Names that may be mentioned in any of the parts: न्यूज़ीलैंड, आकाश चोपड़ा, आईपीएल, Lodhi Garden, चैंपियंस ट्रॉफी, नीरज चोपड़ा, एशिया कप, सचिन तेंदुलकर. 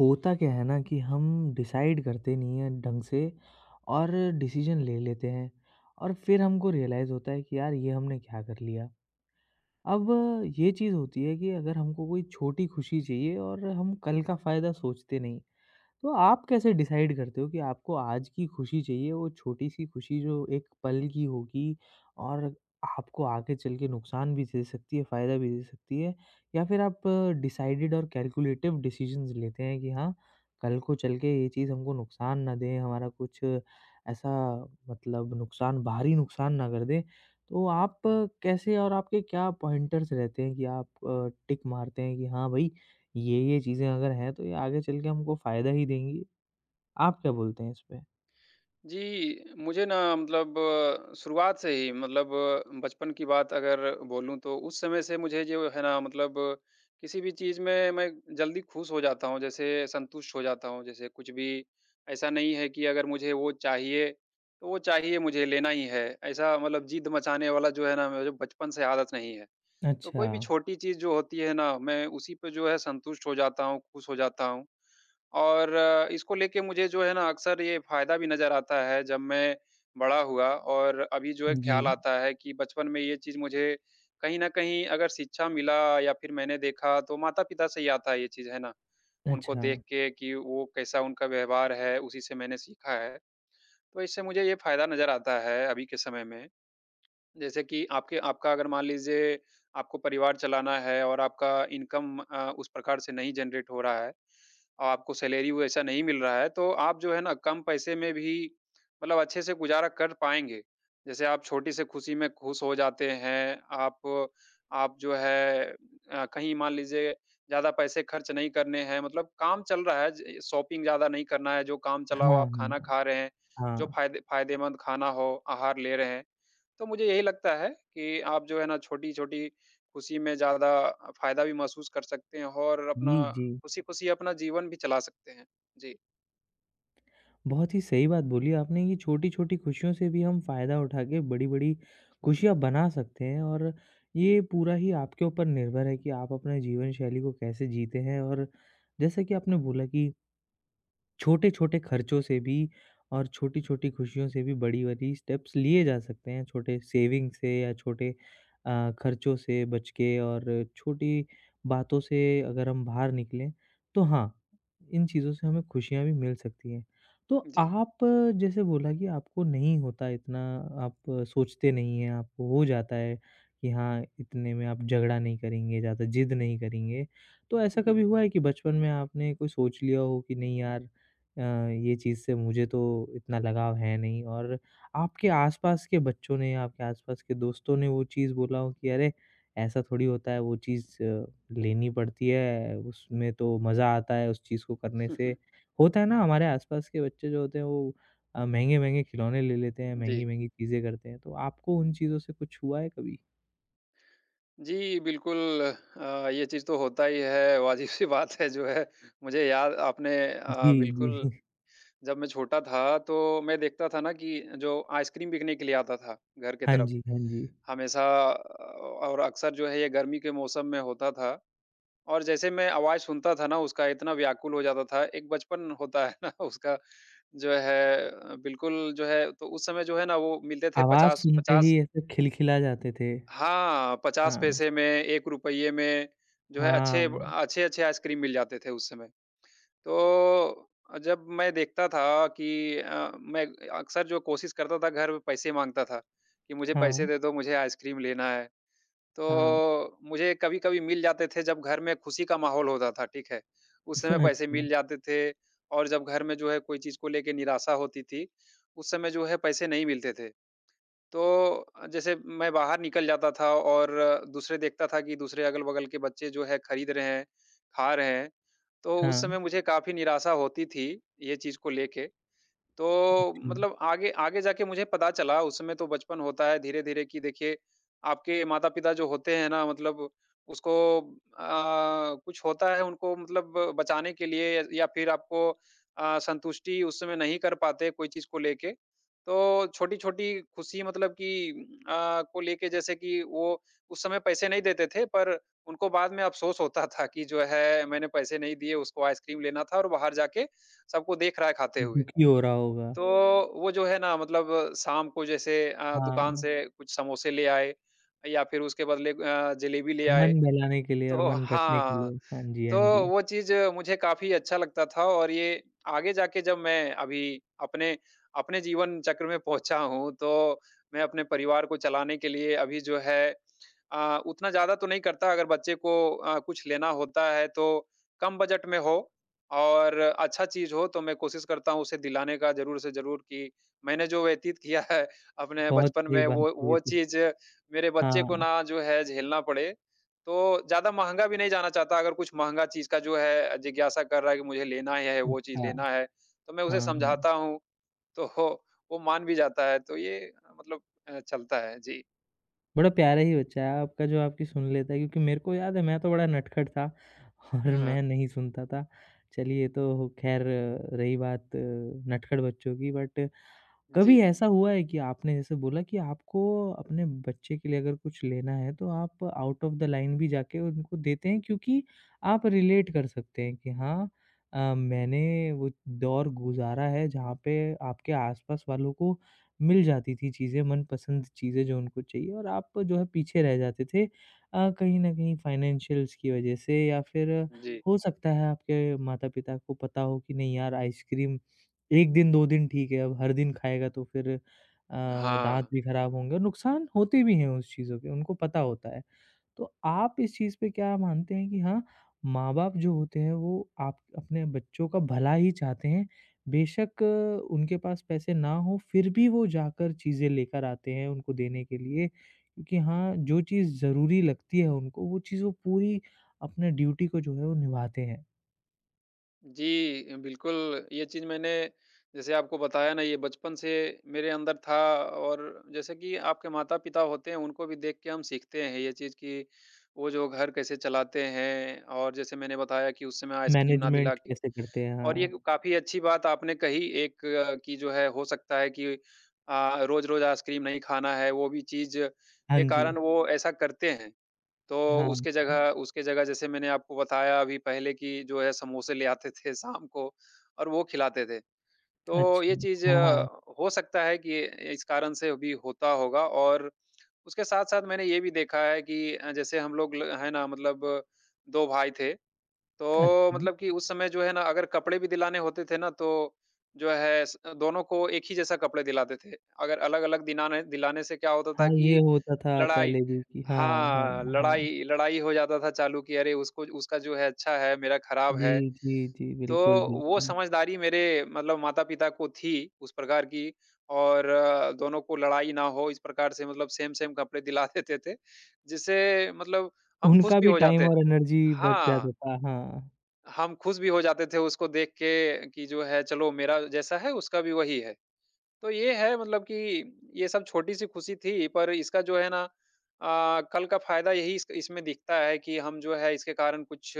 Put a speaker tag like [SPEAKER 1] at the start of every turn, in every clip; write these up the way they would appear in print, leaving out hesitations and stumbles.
[SPEAKER 1] होता क्या है ना कि हम decide करते नहीं हैं ढंग से और डिसीजन ले लेते हैं और फिर हमको रियलाइज़ होता है कि यार ये हमने क्या कर लिया। अब ये चीज़ होती है कि अगर हमको कोई छोटी खुशी चाहिए और हम कल का फ़ायदा सोचते नहीं। तो आप कैसे डिसाइड करते हो कि आपको आज की खुशी चाहिए, वो छोटी-सी खुशी जो एक पल की होगी और आपको आगे चल के नुकसान भी दे सकती है, फ़ायदा भी दे सकती है? या फिर आप डिसाइडेड और कैलकुलेटिव डिसीज़न्स लेते हैं कि हाँ, कल को चल के ये चीज़ हमको नुकसान ना दे, हमारा कुछ ऐसा मतलब नुकसान भारी नुकसान ना कर दे। तो आप कैसे और आपके क्या पॉइंटर्स रहते हैं कि आप टिक मारते हैं कि हाँ, भई ये चीज़ें अगर हैं तो ये आगे चल के हमको फ़ायदा ही देंगी। आप क्या बोलते हैं इस पे?
[SPEAKER 2] जी, मुझे ना मतलब शुरुआत से ही मतलब बचपन की बात अगर बोलूँ तो उस समय से मुझे जो है ना मतलब किसी भी चीज़ में मैं जल्दी खुश हो जाता हूँ, जैसे संतुष्ट हो जाता हूँ। जैसे कुछ भी ऐसा नहीं है कि अगर मुझे वो चाहिए, तो वो चाहिए मुझे लेना ही है। ऐसा मतलब ज़िद मचाने वाला जो है ना मुझे बचपन से आदत नहीं है। तो
[SPEAKER 1] अच्छा।
[SPEAKER 2] कोई भी छोटी चीज़ जो होती है ना मैं उसी पे जो है संतुष्ट हो जाता हूँ, खुश हो जाता हूँ। और इसको लेके मुझे जो है ना अक्सर ये फ़ायदा भी नज़र आता है जब मैं बड़ा हुआ और अभी जो है
[SPEAKER 1] जी।
[SPEAKER 2] ख़्याल आता है कि बचपन में ये चीज़ मुझे कहीं न कहीं अगर शिक्षा मिला या फिर मैंने देखा तो माता-पिता से ही आता है ये चीज़, है ना? उनको
[SPEAKER 1] अच्छा।
[SPEAKER 2] देख के कि वो कैसा उनका व्यवहार है, उसी से मैंने सीखा है। तो इससे मुझे ये फ़ायदा नज़र आता है अभी के समय में। जैसे कि आपके आपका अगर मान लीजिए आपको परिवार चलाना है और आपका इनकम उस प्रकार से नहीं जनरेट हो रहा है और आपको सैलरी वैसा नहीं मिल रहा है, तो आप जो है ना कम पैसे में भी मतलब अच्छे से गुज़ारा कर पाएँगे। जैसे आप छोटी से खुशी में खुश हो जाते हैं, आप जो है कहीं मान लीजिए ज़्यादा पैसे खर्च नहीं करने हैं, मतलब काम चल रहा है, ज शॉपिंग ज़्यादा नहीं करना है, जो काम चलाओ
[SPEAKER 1] हाँ,
[SPEAKER 2] आप खाना
[SPEAKER 1] हाँ।
[SPEAKER 2] खा रहे हैं, जो
[SPEAKER 1] हाँ।
[SPEAKER 2] फ़ायदेमंद खाना हो, आहार ले रहे हैं, तो मुझे यही लगता है कि आप जो है ना छोटी-छोटी खुशी में ज़्यादा फ़ायदा भी महसूस कर सकते हैं और अपना
[SPEAKER 1] जी, जी।
[SPEAKER 2] खुशी-खुशी अपना जीवन भी चला सकते हैं। जी,
[SPEAKER 1] बहुत ही सही बात बोली आपने कि छोटी-छोटी खुशियों से भी हम फ़ायदा उठा के बड़ी-बड़ी खुशियाँ बना सकते हैं और ये पूरा ही आपके ऊपर निर्भर है कि आप अपने जीवन शैली को कैसे जीते हैं और जैसा कि आपने बोला कि छोटे-छोटे खर्चों से भी और छोटी-छोटी खुशियों से भी बड़ी-बड़ी स्टेप्स लिए जा सकते हैं, छोटे सेविंग से या छोटे खर्चों से बच के और छोटी बातों से अगर हम बाहर निकलें, तो हाँ, इन चीज़ों से हमें खुशियाँ भी मिल सकती हैं। तो
[SPEAKER 2] जी।
[SPEAKER 1] आप जैसे बोला कि आपको नहीं होता इतना, आप सोचते नहीं हैं, आपको हो जाता है कि हाँ, इतने में आप झगड़ा नहीं करेंगे, ज़्यादा जिद नहीं करेंगे। तो ऐसा
[SPEAKER 2] हुँ।
[SPEAKER 1] कभी हुआ है कि बचपन में आपने कोई सोच लिया हो कि नहीं यार अ, ये चीज़ से मुझे तो इतना लगाव है नहीं और आपके आसपास के बच्चों ने, आपके आसपास के दोस्तों ने वो चीज़ बोला हो कि अरे! ऐसा थोड़ी होता है, वो चीज़ लेनी पड़ती है, उसमें तो मज़ा आता है उस चीज़ को करने से। होता है ना हमारे आसपास के बच्चे जो होते हैं वो महँगे-महँगे खिलौने ले लेते हैं,
[SPEAKER 2] जी।
[SPEAKER 1] महँगी-महँगी चीज़ें करते हैं, तो आपको उन चीज़ों से कुछ हुआ है कभी?
[SPEAKER 2] जी, बिल्कुल ये चीज़ तो होता ही है, वाजिब-सी बात है जो है। मुझे याद आपने
[SPEAKER 1] जी, जी।
[SPEAKER 2] बिल्कुल जब मैं छोटा था तो मैं देखता था ना कि जो आइसक्रीम बिकने के लिए आता था घर के
[SPEAKER 1] हाँ
[SPEAKER 2] तरफ
[SPEAKER 1] जी, हाँ जी।
[SPEAKER 2] हमेशा अ, और अक्सर जो है ये गर्मी के मौसम में होता था और जैसे मैं आवाज़ सुनता था ना उसका इतना व्याकुल हो जाता था, एक बचपन होता है ना उसका जो है बिल्कुल जो है तो उस समय जो है ना वो मिलते थे
[SPEAKER 1] आवाज़ सुनते
[SPEAKER 2] 50-50।
[SPEAKER 1] ही ऐसे खिलखिला जाते थे।
[SPEAKER 2] हाँ, 50
[SPEAKER 1] हाँ।
[SPEAKER 2] पैसे में, ₹1 में जो है
[SPEAKER 1] हाँ,
[SPEAKER 2] अच्छे-अच्छे आइसक्रीम मिल जाते थे उस समय। तो जब मैं देखता था कि अ, मैं अक्सर जो कोशिश करता था घर में पैसे माँगता था, कि मुझे
[SPEAKER 1] हाँ,
[SPEAKER 2] पैसे दे दो, मुझे आइसक्रीम लेना है।
[SPEAKER 1] हाँ।
[SPEAKER 2] तो मुझे कभी-कभी मिल जाते थे जब घर में खुशी का माहौल होता था, ठीक है? उस समय
[SPEAKER 1] अच्छा,
[SPEAKER 2] पैसे मिल जाते थे और जब घर में जो है कोई चीज़ को लेके निराशा होती थी, उस समय जो है पैसे नहीं मिलते थे। तो जैसे मैं बाहर निकल जाता था और दूसरे देखता था कि दूसरे अगल-बगल के बच्चे जो है खरीद रहे हैं, खा रहे हैं। तो उस
[SPEAKER 1] हाँ।
[SPEAKER 2] समय मुझे काफ़ी निराशा होती थी, ये चीज़ को लेके। तो
[SPEAKER 1] हुँ।
[SPEAKER 2] मतलब आगे आगे जाके मुझे पता चला उस समय तो बचपन होता है धीरे-धीरे कि देखिए आपके माता-पिता जो होते हैं ना मतलब उसको कुछ होता है उनको मतलब बचाने के लिए या फिर आपको संतुष्टि उस समय नहीं कर पाते कोई चीज़ को लेके। तो छोटी-छोटी खुशी मतलब कि को लेके जैसे कि वो उस समय पैसे नहीं देते थे पर उनको बाद में अफ़सोस होता था कि जो है मैंने पैसे नहीं दिए उसको आइसक्रीम लेना था और बाहर जाके सबको देख रहा है खाते हुए।
[SPEAKER 1] दुखी हो रहा होगा।
[SPEAKER 2] तो वो जो है ना मतलब शाम को जैसे दुकान
[SPEAKER 1] हाँ,
[SPEAKER 2] से कुछ समोसे ले आए या फिर उसके बदले जलेबी ले
[SPEAKER 1] मन
[SPEAKER 2] आए।
[SPEAKER 1] बहलाने के लिए
[SPEAKER 2] तो
[SPEAKER 1] और
[SPEAKER 2] ओह!
[SPEAKER 1] मन रखने के
[SPEAKER 2] हाँ,
[SPEAKER 1] लिए। हाँ जी, हाँ
[SPEAKER 2] तो
[SPEAKER 1] जी।
[SPEAKER 2] वो चीज़ मुझे काफ़ी अच्छा लगता था और ये आगे जाके जब मैं अभी अपने अपने जीवन चक्र में पहुँचा हूँ, तो मैं अपने परिवार को चलाने के लिए अभी जो है उतना ज़्यादा तो नहीं करता। अगर बच्चे को कुछ लेना होता है तो कम बजट में हो और अच्छा चीज़ हो तो मैं कोशिश करता हूँ उसे दिलाने का ज़रूर से ज़रूर कि मैंने जो व्यतीत किया है अपने
[SPEAKER 1] बहुत
[SPEAKER 2] बचपन
[SPEAKER 1] सही
[SPEAKER 2] में
[SPEAKER 1] बात
[SPEAKER 2] वो
[SPEAKER 1] है ये
[SPEAKER 2] वो
[SPEAKER 1] तो।
[SPEAKER 2] चीज़ मेरे बच्चे को
[SPEAKER 1] हाँ,
[SPEAKER 2] ना जो है झेलना पड़े। तो ज़्यादा महँगा भी नहीं जाना चाहता, अगर कुछ महँगा चीज़ का जो है जिज्ञासा कर रहा है कि मुझे लेना ही है, वो चीज़
[SPEAKER 1] अच्छा।
[SPEAKER 2] लेना है, तो मैं उसे
[SPEAKER 1] हाँ, हाँ।
[SPEAKER 2] समझाता हूँ, तो हो, वो मान भी जाता है, तो ये मतलब चलता है। जी।
[SPEAKER 1] बड़ा प्यारा ही बच्चा है आपका जो आपकी सुन लेता है क्योंकि मेरे को याद है मैं तो बड़ा नटखट था और
[SPEAKER 2] हाँ,
[SPEAKER 1] मैं नहीं सुनता था। चलिए ये तो खैर रही बात नटखट बच्चों की बट कभी
[SPEAKER 2] जी,
[SPEAKER 1] ऐसा हुआ है कि आपने जैसे बोला कि आपको अपने बच्चे के लिए अगर कुछ लेना है तो आप आउट ऑफ द लाइन भी जाके उनको देते हैं क्योंकि आप रिलेट कर सकते हैं कि हाँ मैंने वो दौर गुजारा है जहाँ पे आपके आसपास वालों को मिल जाती थी चीज़ें मनपसंद चीज़ें जो उनको चाहिए और आप जो है पीछे रह जाते थे कहीं ना कहीं फाइनेंशियल्स की वजह से या फिर
[SPEAKER 2] जी।
[SPEAKER 1] हो सकता है आपके माता पिता को पता हो कि नहीं यार आइसक्रीम 1 दिन 2 दिन ठीक है, अब हर दिन खाएगा तो फिर दाँत
[SPEAKER 2] हाँ।
[SPEAKER 1] भी खराब होंगे और नुकसान होते भी हैं उस चीज़ों के, उनको पता होता है। तो आप इस चीज़ पे क्या मानते हैं कि हाँ, माँ-बाप जो होते हैं वो आप अपने बच्चों का भला ही चाहते हैं, बेशक उनके पास पैसे ना हो फिर भी वो जाकर चीज़ें लेकर आते हैं उनको देने के लिए, क्योंकि हाँ, जो चीज़ ज़रूरी लगती है उनको वो चीज़ वो पूरी अपने ड्यूटी को जो है वो निभाते हैं।
[SPEAKER 2] जी, बिल्कुल, ये चीज़ मैंने जैसे आपको बताया ना, ये बचपन से मेरे अंदर था और जैसे कि आपके माता-पिता होते हैं, उनको भी देख के हम सीखते हैं ये चीज़ कि वो जो घर कैसे चलाते हैं और जैसे मैंने बताया कि उस समय आइसक्रीम ना दिला
[SPEAKER 1] मैनेजमेंट
[SPEAKER 2] के
[SPEAKER 1] कैसे करते हैं?
[SPEAKER 2] और
[SPEAKER 1] हाँ।
[SPEAKER 2] ये काफ़ी अच्छी बात आपने कही एक कि जो है हो सकता है कि रोज़-रोज़ आइसक्रीम नहीं खाना है, वो भी चीज़
[SPEAKER 1] हाँ
[SPEAKER 2] के
[SPEAKER 1] जी।
[SPEAKER 2] कारण वो ऐसा करते हैं। तो
[SPEAKER 1] हाँ।
[SPEAKER 2] उसके जगह जैसे मैंने आपको बताया अभी पहले कि जो है समोसे ले आते थे शाम को और वो खिलाते थे। तो
[SPEAKER 1] अच्छा,
[SPEAKER 2] ये चीज़
[SPEAKER 1] हाँ, हाँ।
[SPEAKER 2] हो सकता है कि इस कारण से भी होता होगा और उसके साथ-साथ मैंने ये भी देखा है कि जैसे हम लोग ल है ना मतलब 2 भाई थे। तो
[SPEAKER 1] अच्छा।
[SPEAKER 2] मतलब कि उस समय जो है ना अगर कपड़े भी दिलाने होते थे ना तो जो है स दोनों को एक ही जैसा कपड़े दिलाते थे। अगर अलग-अलग दिनाने दिलाने दिलाने से क्या होता
[SPEAKER 1] हाँ,
[SPEAKER 2] था
[SPEAKER 1] ये
[SPEAKER 2] कि
[SPEAKER 1] होता था
[SPEAKER 2] लड़ाई,
[SPEAKER 1] पहले भी कि हाँ, हाँ,
[SPEAKER 2] हाँ,
[SPEAKER 1] हाँ।
[SPEAKER 2] लड़ाई लड़ाई हो जाता था चालू कि अरे उसको उसका जो है अच्छा है, मेरा खराब है।
[SPEAKER 1] जी, जी, जी।
[SPEAKER 2] तो
[SPEAKER 1] बिल्कुल,
[SPEAKER 2] वो
[SPEAKER 1] बिल्कुल।
[SPEAKER 2] समझदारी मेरे मतलब माता-पिता को थी उस प्रकार की और दोनों को लड़ाई ना हो इस प्रकार से मतलब सेम-सेम कपड़े दिला देते थे, जिससे मतलब हम खुश
[SPEAKER 1] उनका
[SPEAKER 2] भी
[SPEAKER 1] भी
[SPEAKER 2] हो
[SPEAKER 1] टाइम
[SPEAKER 2] जाते,
[SPEAKER 1] और एनर्जी बच
[SPEAKER 2] हाँ।
[SPEAKER 1] जाता था। हाँ,
[SPEAKER 2] हम खुश भी हो जाते थे उसको देख के कि जो है चलो मेरा जैसा है उसका भी वही है। तो ये है मतलब कि ये सब छोटी-सी खुशी थी पर इसका जो है ना कल का फ़ायदा यही इस इसमें दिखता है कि हम जो है इसके कारण कुछ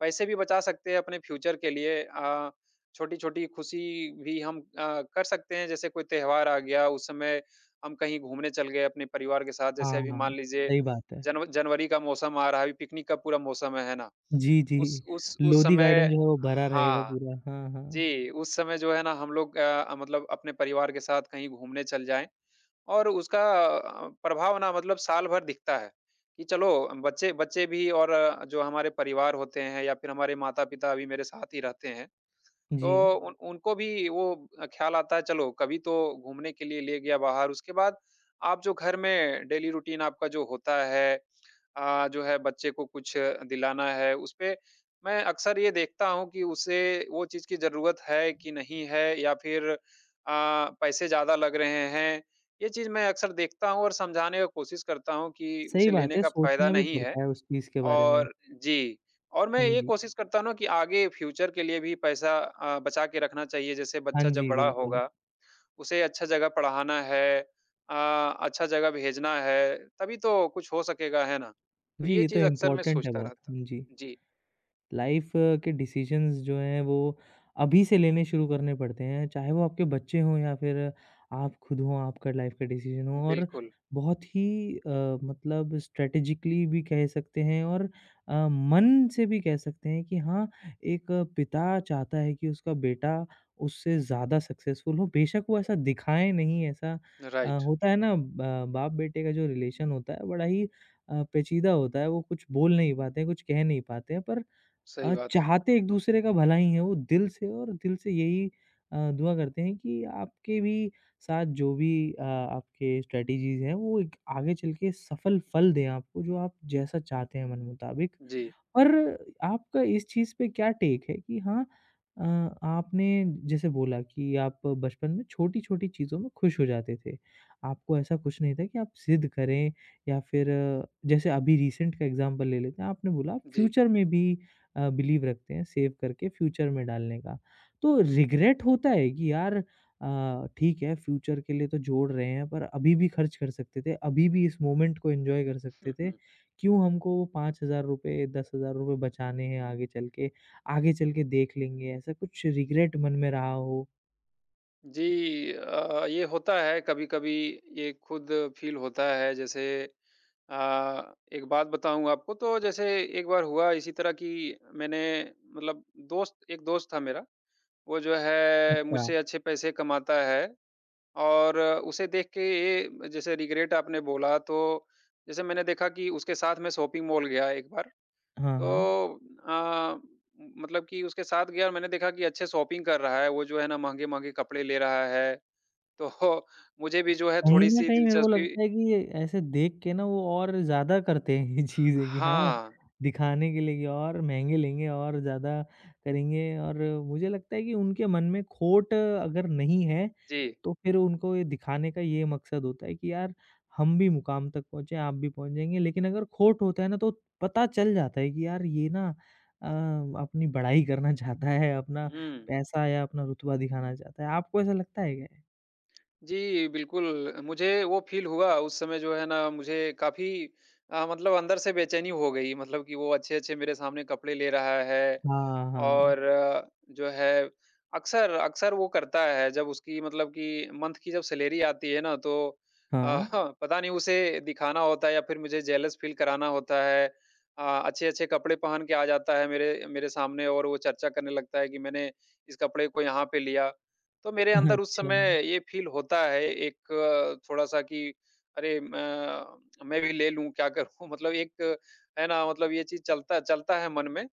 [SPEAKER 2] पैसे भी बचा सकते हैं अपने फ्यूचर के लिए। छोटी-छोटी खुशी भी हम कर सकते हैं जैसे कोई त्योहार आ गया उस समय हम कहीं घूमने चल गए अपने परिवार के साथ। जैसे
[SPEAKER 1] हाँ,
[SPEAKER 2] अभी
[SPEAKER 1] हाँ
[SPEAKER 2] मान लीजिए
[SPEAKER 1] सही बात है।
[SPEAKER 2] जनवरी का मौसम आ रहा है, अभी पिकनिक का पूरा मौसम है ना?
[SPEAKER 1] जी, जी।
[SPEAKER 2] उस
[SPEAKER 1] लोधी
[SPEAKER 2] समय
[SPEAKER 1] गार्डन जो है वो भरा रहेगा
[SPEAKER 2] हाँ,
[SPEAKER 1] पूरा। हाँ, हाँ।
[SPEAKER 2] जी, उस समय जो है ना हम लोग मतलब अपने परिवार के साथ कहीं घूमने चल जाएँ और उसका प्रभाव ना मतलब साल भर दिखता है, कि चलो बच्चे बच्चे भी और जो हमारे परिवार होते हैं या फिर हमारे माता-पिता अभी मेरे साथ ही रहते हैं, तो
[SPEAKER 1] जी।
[SPEAKER 2] उन उनको भी वो ख़्याल आता है चलो कभी तो घूमने के लिए ले गया बाहर। उसके बाद आप जो घर में डेली रूटीन आपका जो होता है जो है बच्चे को कुछ दिलाना है, उसपे मैं अक्सर ये देखता हूँ कि उसे वो चीज़ की ज़रूरत है कि नहीं है या फिर पैसे ज़्यादा लग रहे हैं। ये चीज़ मैं अक्सर देखता हूँ और समझाने का कोशिश करता हूँ कि
[SPEAKER 1] सही
[SPEAKER 2] उसे
[SPEAKER 1] बात
[SPEAKER 2] लेने
[SPEAKER 1] है,
[SPEAKER 2] का फ़ायदा
[SPEAKER 1] सोचना भी
[SPEAKER 2] नहीं है
[SPEAKER 1] पड़ता है उस चीज़ के बारे में।
[SPEAKER 2] और जी, और मैं
[SPEAKER 1] हाँ
[SPEAKER 2] ये
[SPEAKER 1] जी।
[SPEAKER 2] कोशिश करता हूँ ना कि आगे फ्यूचर के लिए भी पैसा बचा के रखना चाहिए। जैसे
[SPEAKER 1] हाँ
[SPEAKER 2] बच्चा जब
[SPEAKER 1] जी,
[SPEAKER 2] बड़ा
[SPEAKER 1] बिल्कुल।
[SPEAKER 2] होगा उसे अच्छा जगह पढ़ाना है, अ, अच्छा जगह भेजना है, तभी तो कुछ हो सकेगा, है ना? तो
[SPEAKER 1] जी,
[SPEAKER 2] ये
[SPEAKER 1] ये तो
[SPEAKER 2] चीज़ अक्सर मैं
[SPEAKER 1] इम्पोर्टेंट है
[SPEAKER 2] सोचता
[SPEAKER 1] बहुत।
[SPEAKER 2] रहता।
[SPEAKER 1] हाँ जी।
[SPEAKER 2] जी,
[SPEAKER 1] लाइफ के डिसीजंस जो हैं वो अभी से लेने शुरू करने पड़ते हैं, चाहे वो आपके बच्चे हों या फिर आप खुद हों, आपका लाइफ का डिसीजन हो और
[SPEAKER 2] बिल्कुल,
[SPEAKER 1] बहुत ही मतलब स्ट्रैटेजिकली भी कह सकते हैं और मन से भी कह सकते हैं कि हाँ, एक पिता चाहता है कि उसका बेटा उससे ज़्यादा सक्सेसफुल हो, बेशक वो ऐसा दिखाए नहीं, ऐसा
[SPEAKER 2] राइट,
[SPEAKER 1] होता है ना ब बाप-बेटे का जो रिलेशन होता है, बड़ा ही पेचीदा होता है, वो कुछ बोल नहीं पाते हैं, कुछ कह नहीं पाते हैं पर
[SPEAKER 2] सही बात है।
[SPEAKER 1] चाहते एक-दूसरे का भला ही है वो दिल से और दिल से यही दुआ करते हैं कि आपके भी साथ जो भी आपके स्ट्रैटेजीज़ हैं, वो एक आगे चल के सफल फल दें आपको, जो आप जैसा चाहते हैं मन मुताबिक।
[SPEAKER 2] जी,
[SPEAKER 1] और आपका इस चीज़ पे क्या टेक है कि हाँ अ, आपने जैसे बोला कि आप बचपन में छोटी-छोटी चीज़ों में खुश हो जाते थे। आपको ऐसा कुछ नहीं था कि आप ज़िद करें या फिर जैसे अभी रिसेंट का एग्ज़ाम्पल ले लेते हैं, आपने बोला आप
[SPEAKER 2] जी।
[SPEAKER 1] फ्यूचर में भी बिलीव रखते हैं सेव करके फ्यूचर में डालने का। तो रिग्रेट होता है कि यार ठीक है फ्यूचर के लिए तो जोड़ रहे हैं पर अभी भी खर्च कर सकते थे, अभी भी इस मोमेंट को एन्जॉय कर सकते
[SPEAKER 2] हुँ,
[SPEAKER 1] थे।
[SPEAKER 2] हुँ।
[SPEAKER 1] क्यों हमको ₹5000, ₹10,000 बचाने हैं आगे चल के देख लेंगे, ऐसा कुछ रिग्रेट मन में रहा हो?
[SPEAKER 2] जी, ये होता है कभी-कभी, ये खुद फ़ील होता है जैसे एक बात बताऊँ आपको तो जैसे एक बार हुआ इसी तरह कि मैंने मतलब दोस्त एक दोस्त था मेरा, वो जो है
[SPEAKER 1] अच्छा।
[SPEAKER 2] मुझसे अच्छे पैसे कमाता है और उसे देख के ये जैसे रिग्रेट आपने बोला तो जैसे मैंने देखा कि उसके साथ मैं शॉपिंग मॉल गया एक बार।
[SPEAKER 1] हाँ, हाँ।
[SPEAKER 2] तो अ, मतलब कि उसके साथ गया और मैंने देखा कि अच्छे शॉपिंग कर रहा है वो जो है ना महँगे-महँगे कपड़े ले रहा है। तो मुझे भी जो है
[SPEAKER 1] कहीं न
[SPEAKER 2] थोड़ी-सी
[SPEAKER 1] कहीं मेरे को
[SPEAKER 2] दिलचस्पी,
[SPEAKER 1] लगता है कि ये ऐसे देख के ना वो और ज़्यादा करते हैं ये चीज़ें कि हाँ,
[SPEAKER 2] हाँ,
[SPEAKER 1] दिखाने के लिए कि और महँगे लेंगे और ज़्यादा करेंगे और मुझे लगता है कि उनके मन में खोट अगर नहीं है,
[SPEAKER 2] जी।
[SPEAKER 1] तो फिर उनको ये दिखाने का ये मकसद होता है कि यार हम भी मुकाम तक पहुँचे, आप भी पहुँच जाएँगे। लेकिन अगर खोट होता है ना तो पता चल जाता है कि यार ये ना अपनी बड़ाई करना चाहता है, अपना
[SPEAKER 2] हुँ।
[SPEAKER 1] पैसा या अपना रुतबा दिखाना चाहता है। आपको ऐसा लगता है क्या?
[SPEAKER 2] जी, बिल्कुल, मुझे वो फ़ील हुआ उस समय जो है ना मुझे काफ़ी मतलब अंदर से बेचैनी हो गई मतलब कि वो अच्छे-अच्छे मेरे सामने कपड़े ले रहा है
[SPEAKER 1] हाँ, हाँ।
[SPEAKER 2] और जो है अक्सर अक्सर वो करता है जब उसकी मतलब कि मंथ की जब सैलरी आती है ना तो अ,
[SPEAKER 1] हाँ।
[SPEAKER 2] पता नहीं उसे दिखाना होता है या फिर मुझे जेलस फ़ील कराना होता है। अच्छे-अच्छे कपड़े पहन के आ जाता है मेरे मेरे सामने और वो चर्चा करने लगता है कि मैंने इस कपड़े को यहाँ पे लिया। तो मेरे अंदर उस
[SPEAKER 1] अच्छा,
[SPEAKER 2] समय ये फ़ील होता है एक थोड़ा-सा कि अरे म मैं भी ले लूँ, क्या करूँ? मतलब एक है ना मतलब ये चीज़ चलता चलता है मन में,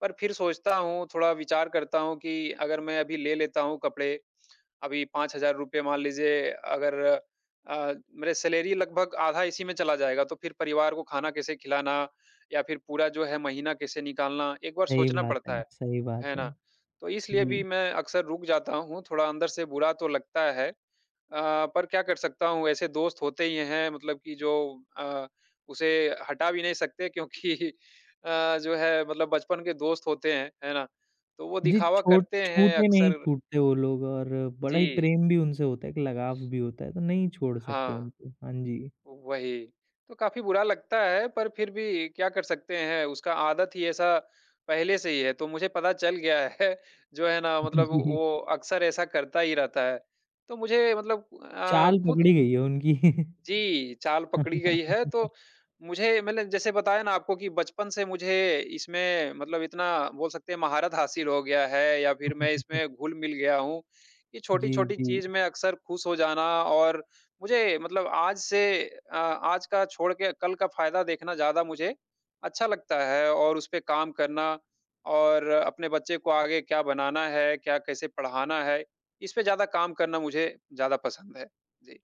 [SPEAKER 2] पर फिर सोचता हूँ, थोड़ा विचार करता हूँ कि अगर मैं अभी ले लेता हूँ कपड़े, अभी ₹5,000 मान लीजिए अगर अ, मेरे सैलरी लगभग आधा इसी में चला जाएगा, तो फिर परिवार को खाना कैसे खिलाना या फिर पूरा जो है महीना कैसे निकालना, एक बार
[SPEAKER 1] सही
[SPEAKER 2] सोचना
[SPEAKER 1] बात
[SPEAKER 2] पड़ता
[SPEAKER 1] है,
[SPEAKER 2] है।
[SPEAKER 1] सही
[SPEAKER 2] है
[SPEAKER 1] बात है।
[SPEAKER 2] ना? तो इसलिए भी
[SPEAKER 1] जी,
[SPEAKER 2] मैं अक्सर रुक जाता हूँ, थोड़ा अंदर से बुरा तो लगता है। पर क्या कर सकता हूँ, ऐसे दोस्त होते ही हैं मतलब कि जो अ, उसे हटा भी नहीं सकते क्योंकि जो है मतलब बचपन के दोस्त होते हैं, है ना? तो वो
[SPEAKER 1] जी
[SPEAKER 2] दिखावा
[SPEAKER 1] छोट
[SPEAKER 2] करते हैं
[SPEAKER 1] छूटे नहीं
[SPEAKER 2] अक्सर।
[SPEAKER 1] छूटते वो लोग और बड़ा ही
[SPEAKER 2] जी,
[SPEAKER 1] प्रेम भी उनसे होता है, एक लगाव भी होता है, तो नहीं छोड़ सकते
[SPEAKER 2] हाँ।
[SPEAKER 1] उनको। हाँ जी।
[SPEAKER 2] वही। तो काफ़ी बुरा लगता है, पर फिर भी क्या कर सकते हैं, उसका आदत ही ऐसा पहले से ही है, तो मुझे पता चल गया है, जो है ना मतलब
[SPEAKER 1] जी,
[SPEAKER 2] वो अक्सर ऐसा करता ही रहता है। तो मुझे मतलब
[SPEAKER 1] चाल
[SPEAKER 2] खुद
[SPEAKER 1] पकड़ी गई है उनकी।
[SPEAKER 2] जी, चाल पकड़ी गई है। तो मुझे मैंने जैसे बताया ना आपको कि बचपन से मुझे इसमें मतलब इतना बोल सकते हैं महारत हासिल हो गया है या फिर मैं इसमें घुल-मिल गया हूँ, कि
[SPEAKER 1] जी,
[SPEAKER 2] छोटी-छोटी
[SPEAKER 1] जी।
[SPEAKER 2] चीज़ में अक्सर खुश हो जाना और मुझे मतलब आज का छोड़ के कल का फ़ायदा देखना ज़्यादा मुझे अच्छा लगता है और उसपे काम करना और अपने बच्चे को आगे क्या बनाना है, क्या कैसे पढ़ाना है, इस पे ज़्यादा काम करना मुझे ज़्यादा पसंद है। जी,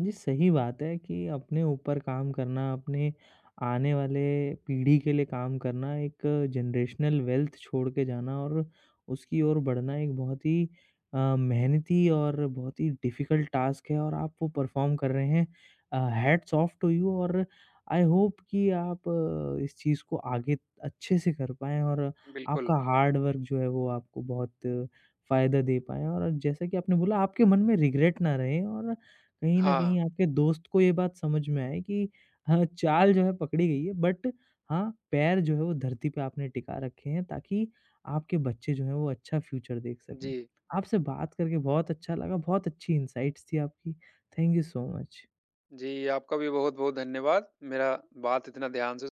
[SPEAKER 1] जी, सही बात है कि अपने ऊपर काम करना, अपने आने वाले पीढ़ी के लिए काम करना, एक जनरेशनल वेल्थ छोड़ के जाना और उसकी ओर बढ़ना एक बहुत ही मेहनती और बहुत ही डिफ़िकल्ट टास्क है और आप वो परफ़ॉर्म कर रहे हैं। हैट्स ऑफ टू यू और आई होप कि आप इस चीज़ को आगे अच्छे से कर पाएँ और
[SPEAKER 2] बिल्कुल।
[SPEAKER 1] आपका हार्ड वर्क जो है वो आपको बहुत फ़ायदा दे पाएँ और जैसा कि आपने बोला आपके मन में रिग्रेट ना रहे और कहीं न
[SPEAKER 2] हाँ,
[SPEAKER 1] कहीं आपके दोस्त को ये बात समझ में आए कि हाँ, चाल जो है पकड़ी गई है बट हाँ, पैर जो है वो धरती पे आपने टिका रखे हैं ताकि आपके बच्चे जो हैं वो अच्छा फ्यूचर देख सकें।
[SPEAKER 2] जी।
[SPEAKER 1] आपसे बात करके बहुत अच्छा लगा, बहुत अच्छी इनसाइट्स थी आपकी। Thank you so much.
[SPEAKER 2] जी, आपका भी बहुत-बहुत धन्यवाद। मेरा बात इतना ध्यान से